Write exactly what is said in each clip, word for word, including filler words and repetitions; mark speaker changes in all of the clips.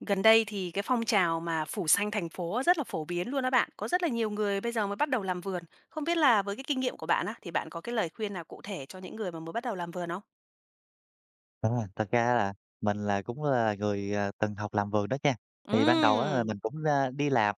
Speaker 1: Gần đây thì cái phong trào mà phủ xanh thành phố rất là phổ biến luôn đó bạn. Có rất là nhiều người bây giờ mới bắt đầu làm vườn. Không biết là với cái kinh nghiệm của bạn á, thì bạn có cái lời khuyên nào cụ thể cho những người mà mới bắt đầu làm vườn không?
Speaker 2: À, thật ra là mình là cũng là người, à, từng học làm vườn đó nha. Thì ban đầu á là
Speaker 1: Ừm,
Speaker 2: mình cũng, a, đi làm,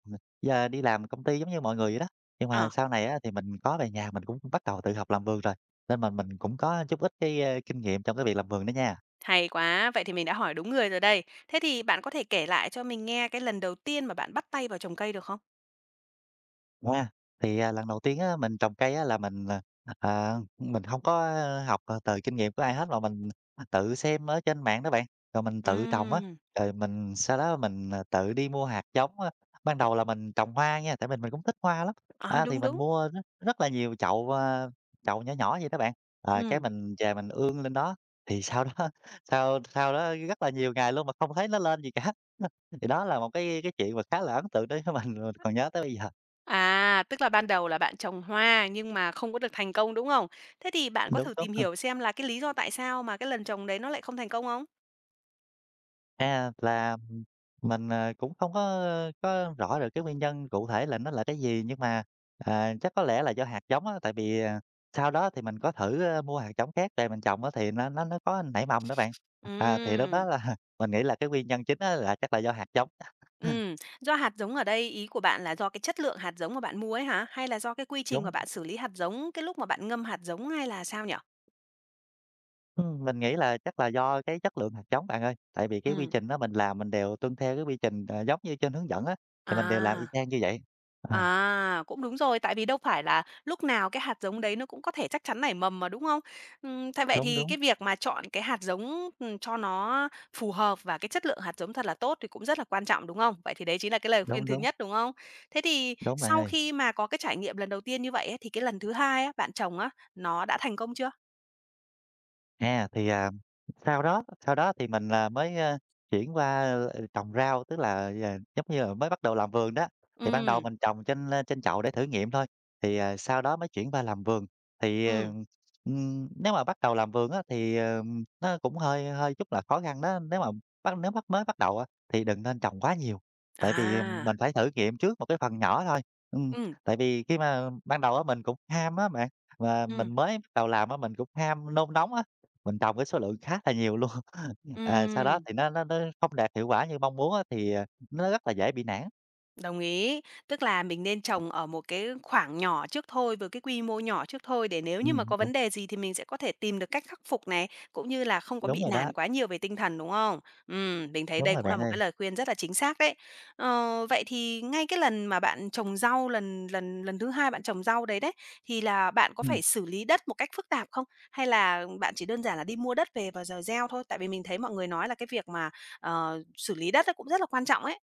Speaker 2: ờ, đi làm công ty giống như mọi người vậy đó, nhưng mà
Speaker 1: ờ,
Speaker 2: sau này á thì mình có về nhà mình cũng bắt đầu tự học làm vườn rồi, nên mà mình cũng có chút ít cái, a, kinh nghiệm trong cái việc làm vườn đó nha.
Speaker 1: Hay quá. Vậy thì mình đã hỏi đúng người rồi đây. Thế thì bạn có thể kể lại cho mình nghe cái lần đầu tiên mà bạn bắt tay vào trồng cây được không?
Speaker 2: À, thì, à, lần đầu tiên á, mình trồng cây á, là mình, à, à, mình không có, ơ, học, ờ, từ kinh nghiệm của ai hết mà mình tự xem ở trên mạng đó bạn, rồi mình tự trồng á.
Speaker 1: Ừm.
Speaker 2: Rồi mình sau đó mình, à, tự đi mua hạt giống á. Ban đầu là mình trồng hoa nha, tại mình mình cũng thích hoa lắm,
Speaker 1: À,
Speaker 2: á, thì
Speaker 1: đúng
Speaker 2: mình
Speaker 1: đúng.
Speaker 2: mua rất rất là nhiều chậu, ờ, chậu nhỏ nhỏ vậy đó bạn. Ờ, cái
Speaker 1: Ừm.
Speaker 2: mình về mình ương lên đó, thì sau đó sau sau đó rất là nhiều ngày luôn mà không thấy nó lên gì cả. Thì đó là một cái cái chuyện mà khá là ấn tượng đối với mình, mình còn nhớ tới bây giờ.
Speaker 1: À, tức là ban đầu là bạn trồng hoa nhưng mà không có được thành công đúng không? Thế thì bạn có
Speaker 2: Đúng,
Speaker 1: thử
Speaker 2: đúng,
Speaker 1: tìm
Speaker 2: ờ,
Speaker 1: hiểu xem là cái lý do tại sao mà cái lần trồng đấy nó lại không thành công không?
Speaker 2: à, là mình, ờ, cũng không có có rõ được cái nguyên nhân cụ thể là nó là cái gì, nhưng mà, à, chắc có lẽ là do hạt giống á, tại vì, à, sau đó thì mình có thử, ơ, mua hạt giống khác về mình trồng á thì nó nó nó có nảy mầm đó bạn. À, thì lúc đó
Speaker 1: Ừm,
Speaker 2: là mình nghĩ là cái nguyên nhân chính á là chắc là do hạt giống.
Speaker 1: ừm, Do hạt giống ở đây ý của bạn là do cái chất lượng hạt giống mà bạn mua ấy hả? Hay là do cái quy trình
Speaker 2: Đúng,
Speaker 1: mà bạn xử lý hạt giống cái lúc mà bạn ngâm hạt giống hay là sao nhỉ?
Speaker 2: ừm, mình nghĩ là chắc là do cái chất lượng hạt giống bạn ơi, tại vì cái quy
Speaker 1: Ừm.
Speaker 2: trình đó mình làm mình đều tuân theo cái quy trình, ờ, giống như trên hướng dẫn á, thì mình đều làm y
Speaker 1: À.
Speaker 2: chang như vậy. À,
Speaker 1: À, cũng đúng rồi, tại vì đâu phải là lúc nào cái hạt giống đấy nó cũng có thể chắc chắn nảy mầm mà, đúng không? Ừm, tại vậy
Speaker 2: đúng,
Speaker 1: thì
Speaker 2: đúng,
Speaker 1: cái việc mà chọn cái hạt giống, ừm, cho nó phù hợp và cái chất lượng hạt giống thật là tốt thì cũng rất là quan trọng, đúng không? Vậy thì đấy chính là cái lời khuyên
Speaker 2: đúng,
Speaker 1: thứ
Speaker 2: đúng,
Speaker 1: nhất, đúng không? Thế thì
Speaker 2: đúng bạn
Speaker 1: sau
Speaker 2: ơi.
Speaker 1: khi mà có cái trải nghiệm lần đầu tiên như vậy ấy, thì cái lần thứ hai á, bạn trồng á, nó đã thành công chưa?
Speaker 2: À, thì, à, sau đó sau đó thì mình là mới, ơ, chuyển qua, ừ, trồng rau, tức là, ờ, giống như là mới bắt đầu làm vườn đó. Thì ban đầu
Speaker 1: Ừm.
Speaker 2: mình trồng trên, ơ, trên chậu để thử nghiệm thôi, thì, ờ, sau đó mới chuyển qua làm vườn. Thì, ờ,
Speaker 1: Ừm.
Speaker 2: ừm, nếu mà bắt đầu làm vườn á, thì, ờ, nó cũng hơi hơi chút là khó khăn đó. Nếu mà bắt nếu bắt mới bắt đầu á, thì đừng nên trồng quá nhiều, tại vì ờ,
Speaker 1: À.
Speaker 2: mình phải thử nghiệm trước một cái phần nhỏ thôi. Ừm,
Speaker 1: Ừm.
Speaker 2: tại vì khi mà ban đầu á, mình cũng ham á bạn, mà mình
Speaker 1: Ừm.
Speaker 2: mới bắt đầu làm á, mình cũng ham nôn nóng á. Mình trồng với số lượng khá là nhiều luôn, à, sau đó
Speaker 1: Ừm.
Speaker 2: thì nó nó nó không đạt hiệu quả như mong muốn á, thì, à, nó rất là dễ bị nản.
Speaker 1: Đồng ý, tức là mình nên trồng ở một cái khoảng nhỏ trước thôi, với cái quy mô nhỏ trước thôi để nếu như mà
Speaker 2: Ừm,
Speaker 1: có
Speaker 2: đúng,
Speaker 1: vấn đề gì thì mình sẽ có thể tìm được cách khắc phục này, cũng như là không có
Speaker 2: đúng
Speaker 1: bị
Speaker 2: rồi đó,
Speaker 1: nản quá nhiều về tinh thần, đúng không? Ừm, mình thấy
Speaker 2: đúng
Speaker 1: đây
Speaker 2: rồi
Speaker 1: cũng là
Speaker 2: bạn
Speaker 1: một cái
Speaker 2: ơi.
Speaker 1: lời khuyên rất là chính xác đấy. Ờ, vậy thì ngay cái lần mà bạn trồng rau lần lần lần thứ hai bạn trồng rau đấy đấy, thì là bạn có
Speaker 2: Ừm.
Speaker 1: phải xử lý đất một cách phức tạp không? Hay là bạn chỉ đơn giản là đi mua đất về và rồi gieo thôi? Tại vì mình thấy mọi người nói là cái việc mà ờ, xử lý đất nó cũng rất là quan trọng ấy.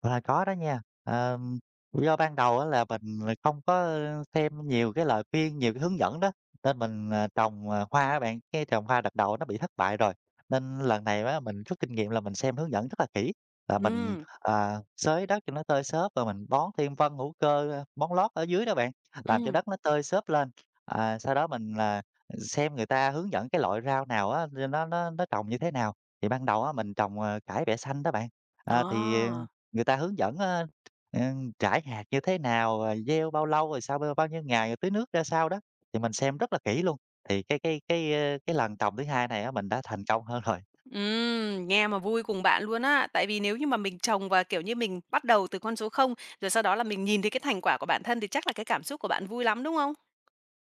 Speaker 2: À, có đó nha. Ờm, do ban đầu á là mình không có xem nhiều cái lời khuyên, nhiều cái hướng dẫn đó, nên mình, à, trồng, à, hoa á bạn, cái trồng hoa đợt đầu nó bị thất bại rồi. Nên lần này á mình rút kinh nghiệm là mình xem hướng dẫn rất là kỹ, là mình,
Speaker 1: Ừm.
Speaker 2: à, xới đất cho nó tơi xốp rồi mình bón thêm phân hữu cơ, ơ, bón lót ở dưới đó bạn, làm cho
Speaker 1: Ừm.
Speaker 2: đất nó tơi xốp lên. À, sau đó mình là xem người ta hướng dẫn cái loại rau nào á, nó nó nó trồng như thế nào. Thì ban đầu á mình trồng, ờ, cải bẹ xanh đó bạn, à, thì
Speaker 1: Ờ,
Speaker 2: người ta hướng dẫn, ơ, ờ, rải hạt như thế nào, rồi gieo bao lâu, rồi sau bao bao nhiêu ngày, rồi tưới nước ra sao đó, thì mình xem rất là kỹ luôn. Thì cái cái cái, ơ, cái lần trồng thứ hai này á, mình đã thành công hơn rồi.
Speaker 1: ừm, Nghe mà vui cùng bạn luôn á. Tại vì nếu như mà mình trồng và, kiểu như, mình bắt đầu từ con số không, rồi sau đó là mình nhìn thấy cái thành quả của bản thân thì chắc là cái cảm xúc của bạn vui lắm, đúng không?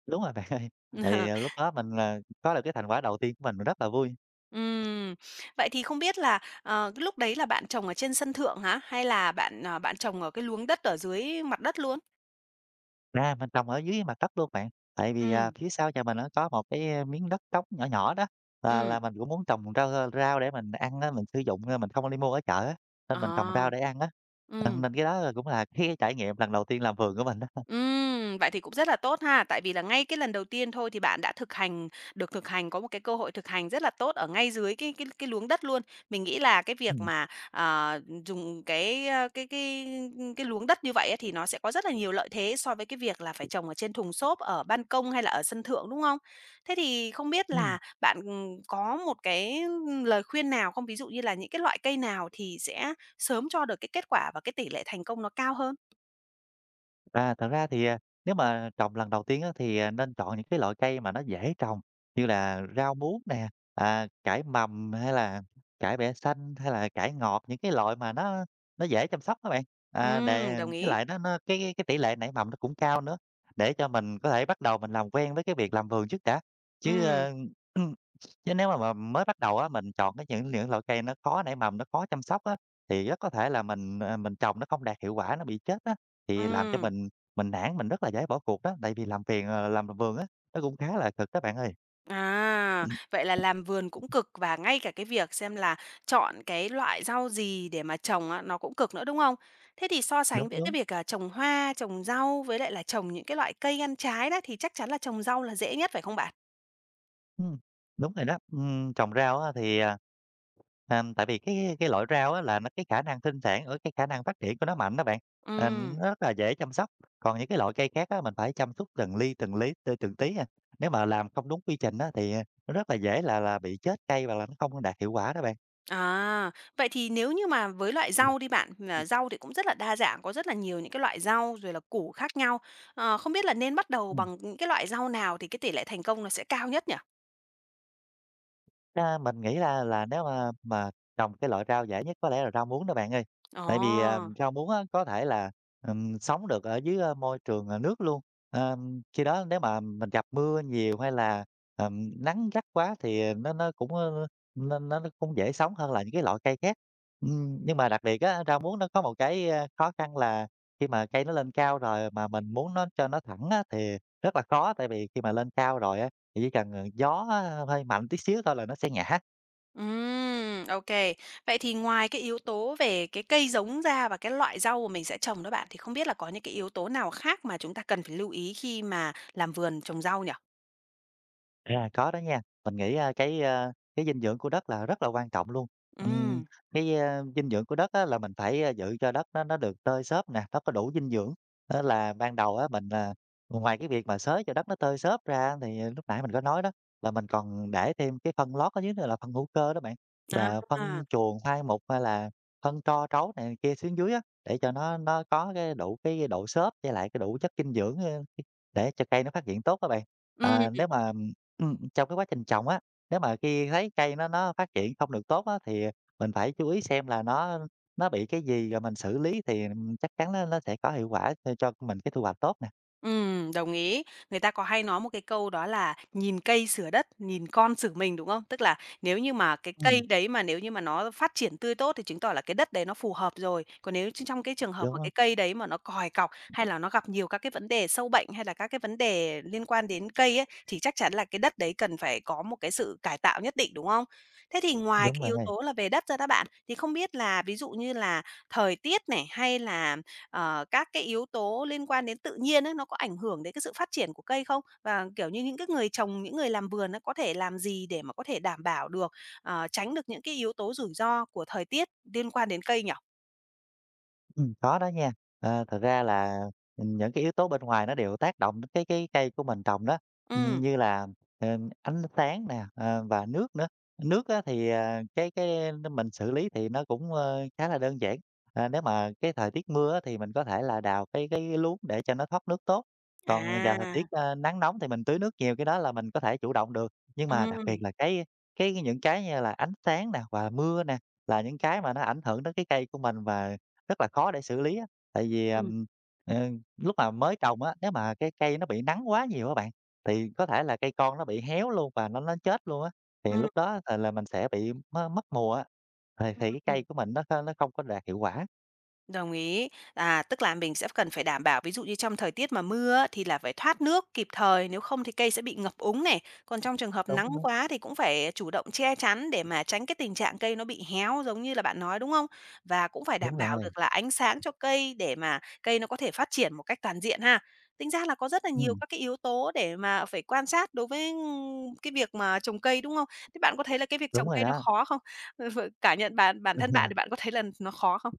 Speaker 2: Đúng rồi bạn ơi, thì ờ, lúc đó mình, ờ, có được cái thành quả đầu tiên của mình, mình rất là vui.
Speaker 1: Ừm, Vậy thì không biết là, ờ, cái lúc đấy là bạn trồng ở trên sân thượng hả? Hay là bạn, ờ, bạn trồng ở cái luống đất ở dưới mặt đất luôn?
Speaker 2: À, mình trồng ở dưới mặt đất luôn bạn, tại vì, à,
Speaker 1: Ừm.
Speaker 2: phía sau nhà mình nó có một cái, ơ, miếng đất trống nhỏ nhỏ đó, là
Speaker 1: Ừm.
Speaker 2: là mình cũng muốn trồng rau, rau để mình ăn á, mình sử dụng, á mình không có đi mua ở chợ á, nên mình trồng rau
Speaker 1: Ờ.
Speaker 2: để ăn á. Ờ,
Speaker 1: Ừm.
Speaker 2: nên cái đó là cũng là cái trải nghiệm lần đầu tiên làm vườn của mình.
Speaker 1: Ừm, vậy thì cũng rất là tốt ha, tại vì là ngay cái lần đầu tiên thôi thì bạn đã thực hành được thực hành, có một cái cơ hội thực hành rất là tốt ở ngay dưới cái cái cái luống đất luôn. Mình nghĩ là cái việc
Speaker 2: Ừm,
Speaker 1: mà, ờ, dùng cái, ơ, cái cái cái luống đất như vậy á thì nó sẽ có rất là nhiều lợi thế so với cái việc là phải trồng ở trên thùng xốp, ở ban công hay là ở sân thượng, đúng không? Thế thì không biết
Speaker 2: ừm.
Speaker 1: là bạn, có một cái lời khuyên nào không? Ví dụ như là những cái loại cây nào thì sẽ sớm cho được cái kết quả và cái tỷ lệ thành công nó cao hơn?
Speaker 2: À, thật ra thì, à, nếu mà trồng lần đầu tiên á, thì, à, nên chọn những cái loại cây mà nó dễ trồng như là rau muống nè, à, cải mầm hay là cải bẹ xanh, hay là cải ngọt, những cái loại mà nó nó dễ chăm sóc các bạn. À,
Speaker 1: Ừm,
Speaker 2: để
Speaker 1: đồng
Speaker 2: với
Speaker 1: ý.
Speaker 2: lại nó nó cái cái cái tỷ lệ nảy mầm nó cũng cao nữa, để cho mình có thể bắt đầu mình làm quen với cái việc làm vườn trước đã. Chứ,
Speaker 1: Ừm.
Speaker 2: ơ, chứ nếu mà mà mới bắt đầu á, mình chọn cái những những loại cây nó khó nảy mầm, nó khó chăm sóc á, thì rất có thể là mình, à, mình trồng nó không đạt hiệu quả, nó bị chết á. Thì làm cho
Speaker 1: Ừm.
Speaker 2: mình mình nản, mình rất là dễ bỏ cuộc đó, tại vì làm phiền, ờ, làm vườn á, nó cũng khá là cực đó bạn ơi.
Speaker 1: À, vậy là làm vườn cũng cực và ngay cả cái việc xem là chọn cái loại rau gì để mà trồng á, nó cũng cực nữa, đúng không? Thế thì so
Speaker 2: Đúng,
Speaker 1: sánh với cái
Speaker 2: đúng,
Speaker 1: việc, à, trồng hoa, trồng rau với lại là trồng những cái loại cây ăn trái đó, thì chắc chắn là trồng rau là dễ nhất, phải không bạn?
Speaker 2: ừm, đúng rồi đó. Ừm, trồng rau á thì, à, à, tại vì cái cái loại rau á là nó cái khả năng sinh sản ở cái khả năng phát triển của nó mạnh đó bạn, ờ,
Speaker 1: Ừm,
Speaker 2: nó rất là dễ chăm sóc. Còn những cái loại cây khác á, mình phải chăm sóc từng ly từng lý t từng tí à, nếu mà làm không đúng quy trình á thì, à, nó rất là dễ là là bị chết cây và là nó không đạt hiệu quả đó bạn.
Speaker 1: à, Vậy thì nếu như mà với loại rau đi bạn, là rau thì cũng rất là đa dạng, có rất là nhiều những cái loại rau rồi là củ khác nhau. Ờ, không biết là nên bắt đầu
Speaker 2: Ừ.
Speaker 1: bằng những cái loại rau nào thì cái tỷ lệ thành công nó sẽ cao nhất nhỉ?
Speaker 2: A, mình nghĩ là là nếu mà mà trồng cái loại rau dễ nhất có lẽ là rau muống đó bạn ơi.
Speaker 1: Ồ.
Speaker 2: Tại vì, à, rau muống á có thể là, ừm, sống được ở dưới, ơ, môi trường, ờ, nước luôn. Ờm, khi đó nếu mà mình gặp mưa nhiều hay là, ờm, nắng gắt quá thì nó nó cũng, ơ, nó nó nó cũng dễ sống hơn là những cái loại cây khác. Ừm, nhưng mà đặc biệt á, rau muống nó có một cái, a, khó khăn là khi mà cây nó lên cao rồi mà mình muốn nó cho nó thẳng á thì rất là khó, tại vì khi mà lên cao rồi á chỉ cần, ờ, gió ờ, hơi mạnh tí xíu thôi là nó sẽ ngã.
Speaker 1: Ừm, ô Vậy thì ngoài cái yếu tố về cái cây giống ra và cái loại rau mà mình sẽ trồng đó bạn, thì không biết là có những cái yếu tố nào khác mà chúng ta cần phải lưu ý khi mà làm vườn trồng rau nhỉ?
Speaker 2: À, có đó nha. Mình nghĩ, a, cái, a, cái dinh dưỡng của đất là rất là quan trọng luôn. Ừm,
Speaker 1: Ừm.
Speaker 2: cái, a, dinh dưỡng của đất á là mình phải, a, giữ cho đất nó nó được tơi xốp nè, nó có đủ dinh dưỡng. Á là ban đầu á mình, à, ngoài cái việc mà xới cho đất nó tơi xốp ra thì à, lúc nãy mình có nói đó, là mình còn để thêm cái phân lót ở dưới nữa là phân hữu cơ đó bạn,
Speaker 1: À.
Speaker 2: là phân chuồng hoai mục hay là phân tro trấu này kia xuống dưới á, để cho nó nó có cái đủ cái độ xốp với lại cái đủ chất dinh dưỡng, ơ, để cho cây nó phát triển tốt á bạn.
Speaker 1: Ừm.
Speaker 2: À, nếu mà Ừm, trong cái quá trình trồng á, nếu mà khi thấy cây nó nó phát triển không được tốt á, thì mình phải chú ý xem là nó nó bị cái gì rồi mình xử lý thì chắc chắn nó nó sẽ có hiệu quả cho cho mình cái thu hoạch tốt nè.
Speaker 1: Ừm, đồng ý. Người ta có hay nói một cái câu đó là "Nhìn cây sửa đất, nhìn con sửa mình", đúng không? Tức là nếu như mà cái cây
Speaker 2: Ừm,
Speaker 1: đấy mà nếu như mà nó phát triển tươi tốt thì chứng tỏ là cái đất đấy nó phù hợp rồi. Còn nếu trong trong cái trường hợp mà
Speaker 2: đúng á,
Speaker 1: cái cây đấy mà nó còi cọc, hay là nó gặp nhiều các cái vấn đề sâu bệnh, hay là các cái vấn đề liên quan đến cây ấy, thì chắc chắn là cái đất đấy cần phải có một cái sự cải tạo nhất định, đúng không? Thế thì ngoài
Speaker 2: đúng
Speaker 1: cái
Speaker 2: bạn
Speaker 1: yếu
Speaker 2: ơi.
Speaker 1: tố là về đất ra các bạn, thì không biết là ví dụ như là thời tiết này, hay là ờ, các cái yếu tố liên quan đến tự nhiên ấy, nó có ảnh hưởng đến cái sự phát triển của cây không? Và, kiểu như, những cái người trồng, những người làm vườn á, có thể làm gì để mà có thể đảm bảo được, ờ, tránh được những cái yếu tố rủi ro của thời tiết liên quan đến cây nhỉ?
Speaker 2: Ừm, có đó nha. Ờ, thật ra là, những cái yếu tố bên ngoài nó đều tác động đến cái cái cây của mình trồng đó, ừm,
Speaker 1: Ừm.
Speaker 2: như là, ờ, ánh sáng nè, ờ, và nước nữa. Nước á thì, à, cái cái mình xử lý thì nó cũng, ơ, khá là đơn giản, à, nếu mà cái thời tiết mưa á thì mình có thể là đào cái cái luống để cho nó thoát nước tốt, còn vào thời
Speaker 1: À.
Speaker 2: tiết, a, nắng nóng thì mình tưới nước nhiều, cái đó là mình có thể chủ động được. Nhưng mà đặc biệt
Speaker 1: Ừm.
Speaker 2: là cái cái những cái như là ánh sáng nè và mưa nè, là những cái mà nó ảnh hưởng đến cái cây của mình và rất là khó để xử lý á, tại vì,
Speaker 1: Ừm.
Speaker 2: ừm, ờ, lúc mà mới trồng á, nếu mà cái cây nó bị nắng quá nhiều các bạn, thì có thể là cây con nó bị héo luôn và nó nó chết luôn á, thì
Speaker 1: Ừm.
Speaker 2: lúc đó là là mình sẽ bị mất mất mùa á, thì thì cái
Speaker 1: Ừm.
Speaker 2: cây của mình nó kh- nó không có đạt hiệu quả.
Speaker 1: Đồng ý. À, tức là mình sẽ cần phải đảm bảo ví dụ như trong thời tiết mà mưa á, thì là phải thoát nước kịp thời, nếu không thì cây sẽ bị ngập úng này. Còn trong trường hợp
Speaker 2: Đúng,
Speaker 1: nắng
Speaker 2: đúng,
Speaker 1: quá thì cũng phải chủ động che chắn để mà tránh cái tình trạng cây nó bị héo giống như là bạn nói, đúng không? Và cũng phải đảm
Speaker 2: đúng
Speaker 1: bảo
Speaker 2: rồi,
Speaker 1: được là ánh sáng cho cây để mà cây nó có thể phát triển một cách toàn diện ha. Tính ra là có rất là nhiều
Speaker 2: ừm,
Speaker 1: các cái yếu tố để mà phải quan sát đối với, cái việc mà trồng cây, đúng không? Thế bạn có thấy là cái việc
Speaker 2: đúng
Speaker 1: trồng
Speaker 2: rồi
Speaker 1: cây nó
Speaker 2: đó.
Speaker 1: khó không? Cảm nhận bản bản thân bạn thì bạn có thấy là nó khó không?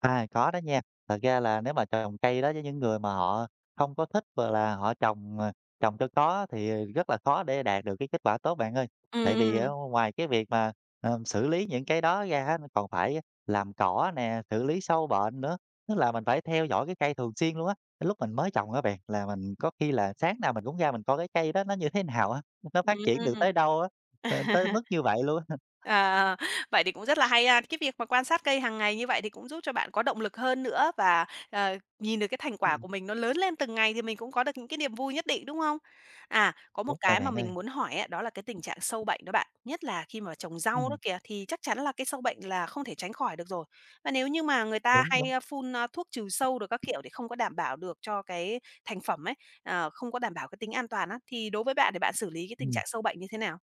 Speaker 2: À, có đó nha. Thật ra là nếu mà trồng cây đó với những người mà họ không có thích và là họ trồng, ờ, trồng cho có thì rất là khó để đạt được cái kết quả tốt bạn ơi. Tại vì á
Speaker 1: Ừm.
Speaker 2: ngoài cái việc mà, ờ, xử lý những cái đó ra á, nó còn phải làm cỏ nè, xử lý sâu bệnh nữa, tức là mình phải theo dõi cái cây thường xuyên luôn á. Lúc mình mới trồng á bạn, là mình có khi là sáng nào mình cũng ra mình coi cái cây đó nó như thế nào á, nó phát triển được
Speaker 1: Ừm.
Speaker 2: tới đâu á, t tới mức như vậy luôn á.
Speaker 1: À, vậy thì cũng rất là hay ha. Cái việc mà quan sát cây hàng ngày như vậy thì cũng giúp cho bạn có động lực hơn nữa và, ờ, nhìn được cái thành quả
Speaker 2: Ừ,
Speaker 1: của mình nó lớn lên từng ngày thì mình cũng có được những cái niềm vui nhất định, đúng không? À, có một
Speaker 2: đúng rồi
Speaker 1: cái mà
Speaker 2: bạn ơi.
Speaker 1: mình muốn hỏi á, đó là cái tình trạng sâu bệnh đó bạn, nhất là khi mà trồng rau đó
Speaker 2: Ừm,
Speaker 1: kìa, thì chắc chắn là cái sâu bệnh là không thể tránh khỏi được rồi. Và nếu như mà người ta
Speaker 2: đúng, đúng.
Speaker 1: hay, a, phun, a, thuốc trừ sâu được các kiểu thì không có đảm bảo được cho cái thành phẩm ấy, ờ, không có đảm bảo cái tính an toàn á, thì đối với bạn thì bạn xử lý cái tình
Speaker 2: Ừm.
Speaker 1: trạng sâu bệnh như thế nào?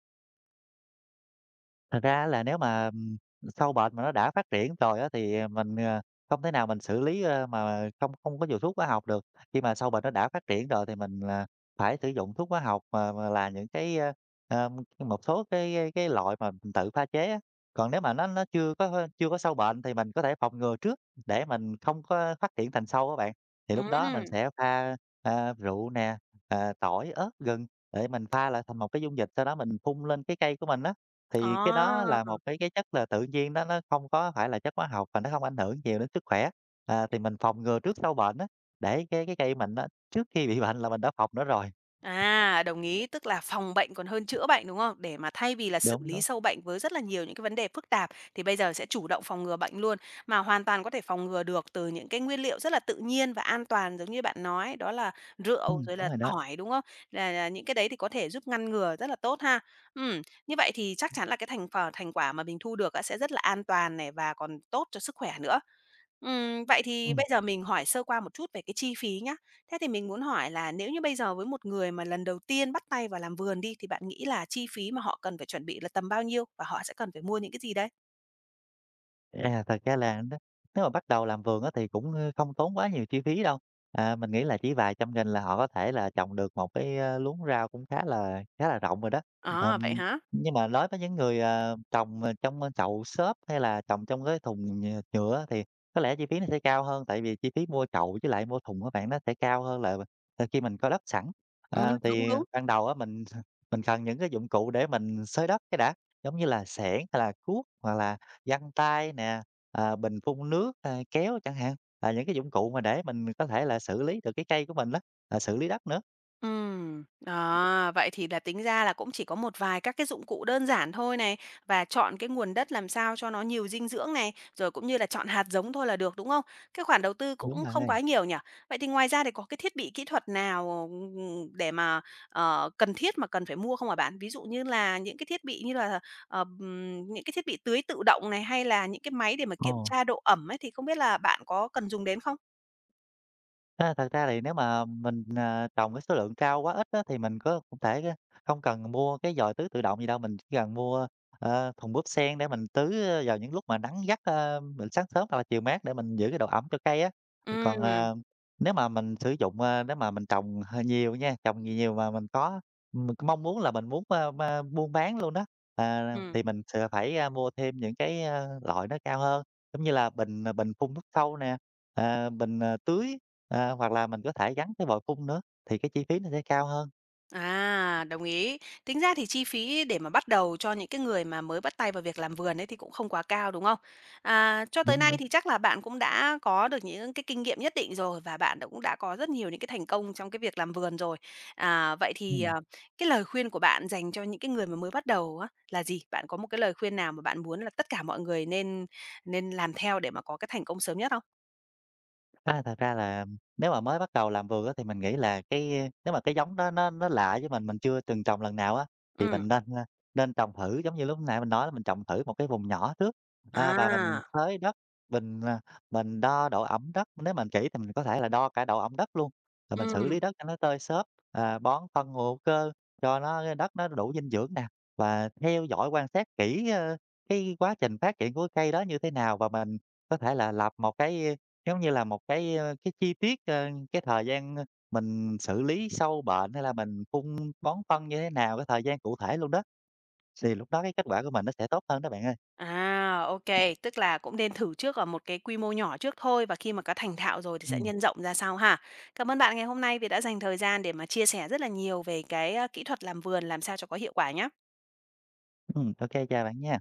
Speaker 2: Thật ra là nếu mà, ừm, sâu bệnh mà nó đã phát triển rồi á thì, ờ, mình, ờ, không thể nào mình xử lý, ơ, mà không không có dùng thuốc hóa học được. Khi mà sâu bệnh nó đã phát triển rồi thì mình, à, phải sử dụng thuốc hóa học mà mà là những cái, ơ, ờm, một số cái cái cái loại mà mình tự pha chế á. Còn nếu mà nó nó chưa có chưa có sâu bệnh thì mình có thể phòng ngừa trước để mình không có phát triển thành sâu các bạn. Thì lúc đó mình
Speaker 1: Ừm,
Speaker 2: sẽ pha, a, rượu nè, ờ, tỏi, ớt, gừng để mình pha lại thành một cái dung dịch, sau đó mình phun lên cái cây của mình á. Thì cái đó
Speaker 1: à,
Speaker 2: là một cái cái chất là tự nhiên đó, nó không có phải là chất hóa học và nó không ảnh hưởng nhiều đến sức khỏe. À, thì mình phòng ngừa trước sau bệnh á, để cái cái cây mình á, trước khi bị bệnh là mình đã phòng nó rồi.
Speaker 1: à, Đồng ý, tức là phòng bệnh còn hơn chữa bệnh, đúng không? Để mà thay vì là xử
Speaker 2: Đúng,
Speaker 1: lý
Speaker 2: đúng.
Speaker 1: sâu bệnh với rất là nhiều những cái vấn đề phức tạp, thì bây giờ sẽ chủ động phòng ngừa bệnh luôn, mà hoàn toàn có thể phòng ngừa được từ những cái nguyên liệu rất là tự nhiên và an toàn giống như bạn nói, đó là rượu
Speaker 2: Ừm,
Speaker 1: rồi
Speaker 2: đúng
Speaker 1: là
Speaker 2: rồi đó.
Speaker 1: tỏi, đúng không? Là là những cái đấy thì có thể giúp ngăn ngừa rất là tốt ha. Ừm, như vậy thì chắc chắn là cái thành phở thành quả mà mình thu được á sẽ rất là an toàn này và còn tốt cho sức khỏe nữa. Ừm, vậy thì
Speaker 2: Ừm.
Speaker 1: bây giờ mình hỏi sơ qua một chút về cái chi phí nhá. Thế thì mình muốn hỏi là nếu như bây giờ với một người mà lần đầu tiên bắt tay vào làm vườn đi, thì bạn nghĩ là chi phí mà họ cần phải chuẩn bị là tầm bao nhiêu? Và họ sẽ cần phải mua những cái gì đây?
Speaker 2: À, thật ra là nó nếu mà bắt đầu làm vườn á thì cũng, ơ, không tốn quá nhiều chi phí đâu. À, mình nghĩ là chỉ vài trăm nghìn là họ có thể là trồng được một cái, ơ, luống rau cũng khá là khá là rộng rồi đó.
Speaker 1: À, vậy
Speaker 2: Ừm,
Speaker 1: hả?
Speaker 2: nhưng mà nói với những người, ờ, trồng, ờ, trong, ơ, chậu xốp hay là trồng trong cái thùng nhựa nhựa á thì có lẽ chi phí nó sẽ cao hơn, tại vì chi phí mua chậu với lại mua thùng á bạn nó sẽ cao hơn là là khi mình có đất sẵn.
Speaker 1: Ừm,
Speaker 2: Ờ,
Speaker 1: đúng,
Speaker 2: thì
Speaker 1: đúng.
Speaker 2: ban đầu á mình mình cần những cái dụng cụ để mình xới đất cái đã, giống như là xẻng hay là cuốc hoặc là giăng tay nè, à, bình phun nước, à, kéo chẳng hạn, là những cái dụng cụ mà để mình có thể là xử lý được cái cây của mình đó, à, xử lý đất nữa.
Speaker 1: Ừm, à, vậy thì là tính ra là cũng chỉ có một vài các cái dụng cụ đơn giản thôi này, và chọn cái nguồn đất làm sao cho nó nhiều dinh dưỡng này, rồi cũng như là chọn hạt giống thôi là được, đúng không? Cái khoản đầu tư
Speaker 2: Đúng
Speaker 1: cũng
Speaker 2: bạn
Speaker 1: không
Speaker 2: ơi.
Speaker 1: quá nhiều nhỉ? Vậy thì ngoài ra thì có cái thiết bị kỹ thuật nào, ừm, để mà, ờ, cần thiết mà cần phải mua không hả bạn? Ví dụ như là những cái thiết bị như là, ờ, ừm, những cái thiết bị tưới tự động này, hay là những cái máy để mà
Speaker 2: Ờ.
Speaker 1: kiểm tra độ ẩm ấy, thì không biết là bạn có cần dùng đến không?
Speaker 2: A, thật ra thì nếu mà mình, à, trồng cái số lượng rau quá ít á, thì mình có cũng thể á không cần mua cái giò tưới tự động gì đâu, mình chỉ cần mua, ờ, thùng bóp sen để mình tưới, ơ, vào những lúc mà nắng gắt, ơ, mình sáng sớm hoặc là chiều mát để mình giữ cái độ ẩm cho cây á. Còn,
Speaker 1: Ừ.
Speaker 2: ờ, nếu mà mình sử dụng, ơ, nếu mà mình trồng hơi nhiều nha, trồng nhiều nhiều mà mình có mình cũng mong muốn là mình muốn, ơ, ma buôn bán luôn đó, à,
Speaker 1: Ừm.
Speaker 2: thì mình sẽ phải, a, mua thêm những cái, a, loại nó cao hơn. Giống như là bình, à, bình phun nước sâu nè, à, bình, à, tưới, à, hoặc là mình có thể gắn cái vòi phun nữa, thì cái chi phí nó sẽ cao hơn.
Speaker 1: À, đồng ý. Tính ra thì chi phí để mà bắt đầu cho những cái người mà mới bắt tay vào việc làm vườn ấy thì cũng không quá cao, đúng không? À, cho tới
Speaker 2: Đúng,
Speaker 1: nay
Speaker 2: đúng.
Speaker 1: thì chắc là bạn cũng đã có được những cái kinh nghiệm nhất định rồi và bạn đã- cũng đã có rất nhiều những cái thành công trong cái việc làm vườn rồi. À, vậy thì à,
Speaker 2: Ừm.
Speaker 1: cái lời khuyên của bạn dành cho những cái người mà mới bắt đầu á, là gì? Bạn có một cái lời khuyên nào mà bạn muốn là tất cả mọi người nên nên làm theo để mà có cái thành công sớm nhất không?
Speaker 2: A, thật ra là nếu mà mới bắt đầu làm vườn á, thì mình nghĩ là cái nếu mà cái giống đó nó nó lạ với mình, mình chưa từng trồng lần nào á, thì
Speaker 1: Ừ.
Speaker 2: mình nên, a, nên trồng thử giống như lúc nãy mình nói là mình trồng thử một cái vùng nhỏ trước, a, và mình
Speaker 1: À.
Speaker 2: xới đất, mình, à, mình đo độ ẩm đất, nếu mình kỹ thì mình có thể là đo cả độ ẩm đất luôn, rồi mình xử lý
Speaker 1: Ừ.
Speaker 2: đất cho nó tơi xốp, à, bón phân hữu cơ cho nó cái đất nó đủ dinh dưỡng nè, và theo dõi quan sát kỹ, ơ, cái quá trình phát triển của cây đó như thế nào và mình có thể là lập một cái, giống như là một cái, ơ, cái chi tiết, ơ, cái thời gian, mình xử lý sâu bệnh hay là mình phun bón phân như thế nào, cái thời gian cụ thể luôn đó, thì lúc đó cái kết quả của mình nó sẽ tốt hơn đó bạn ơi.
Speaker 1: À, ok. Tức là cũng nên thử trước ở một cái quy mô nhỏ trước thôi và khi mà có thành thạo rồi thì
Speaker 2: Ừ,
Speaker 1: sẽ nhân rộng ra sau ha. Cảm ơn bạn ngày hôm nay vì đã dành thời gian để mà chia sẻ rất là nhiều về cái, a, kỹ thuật làm vườn làm sao cho có hiệu quả nhé.
Speaker 2: ừm, ô chào bạn nha.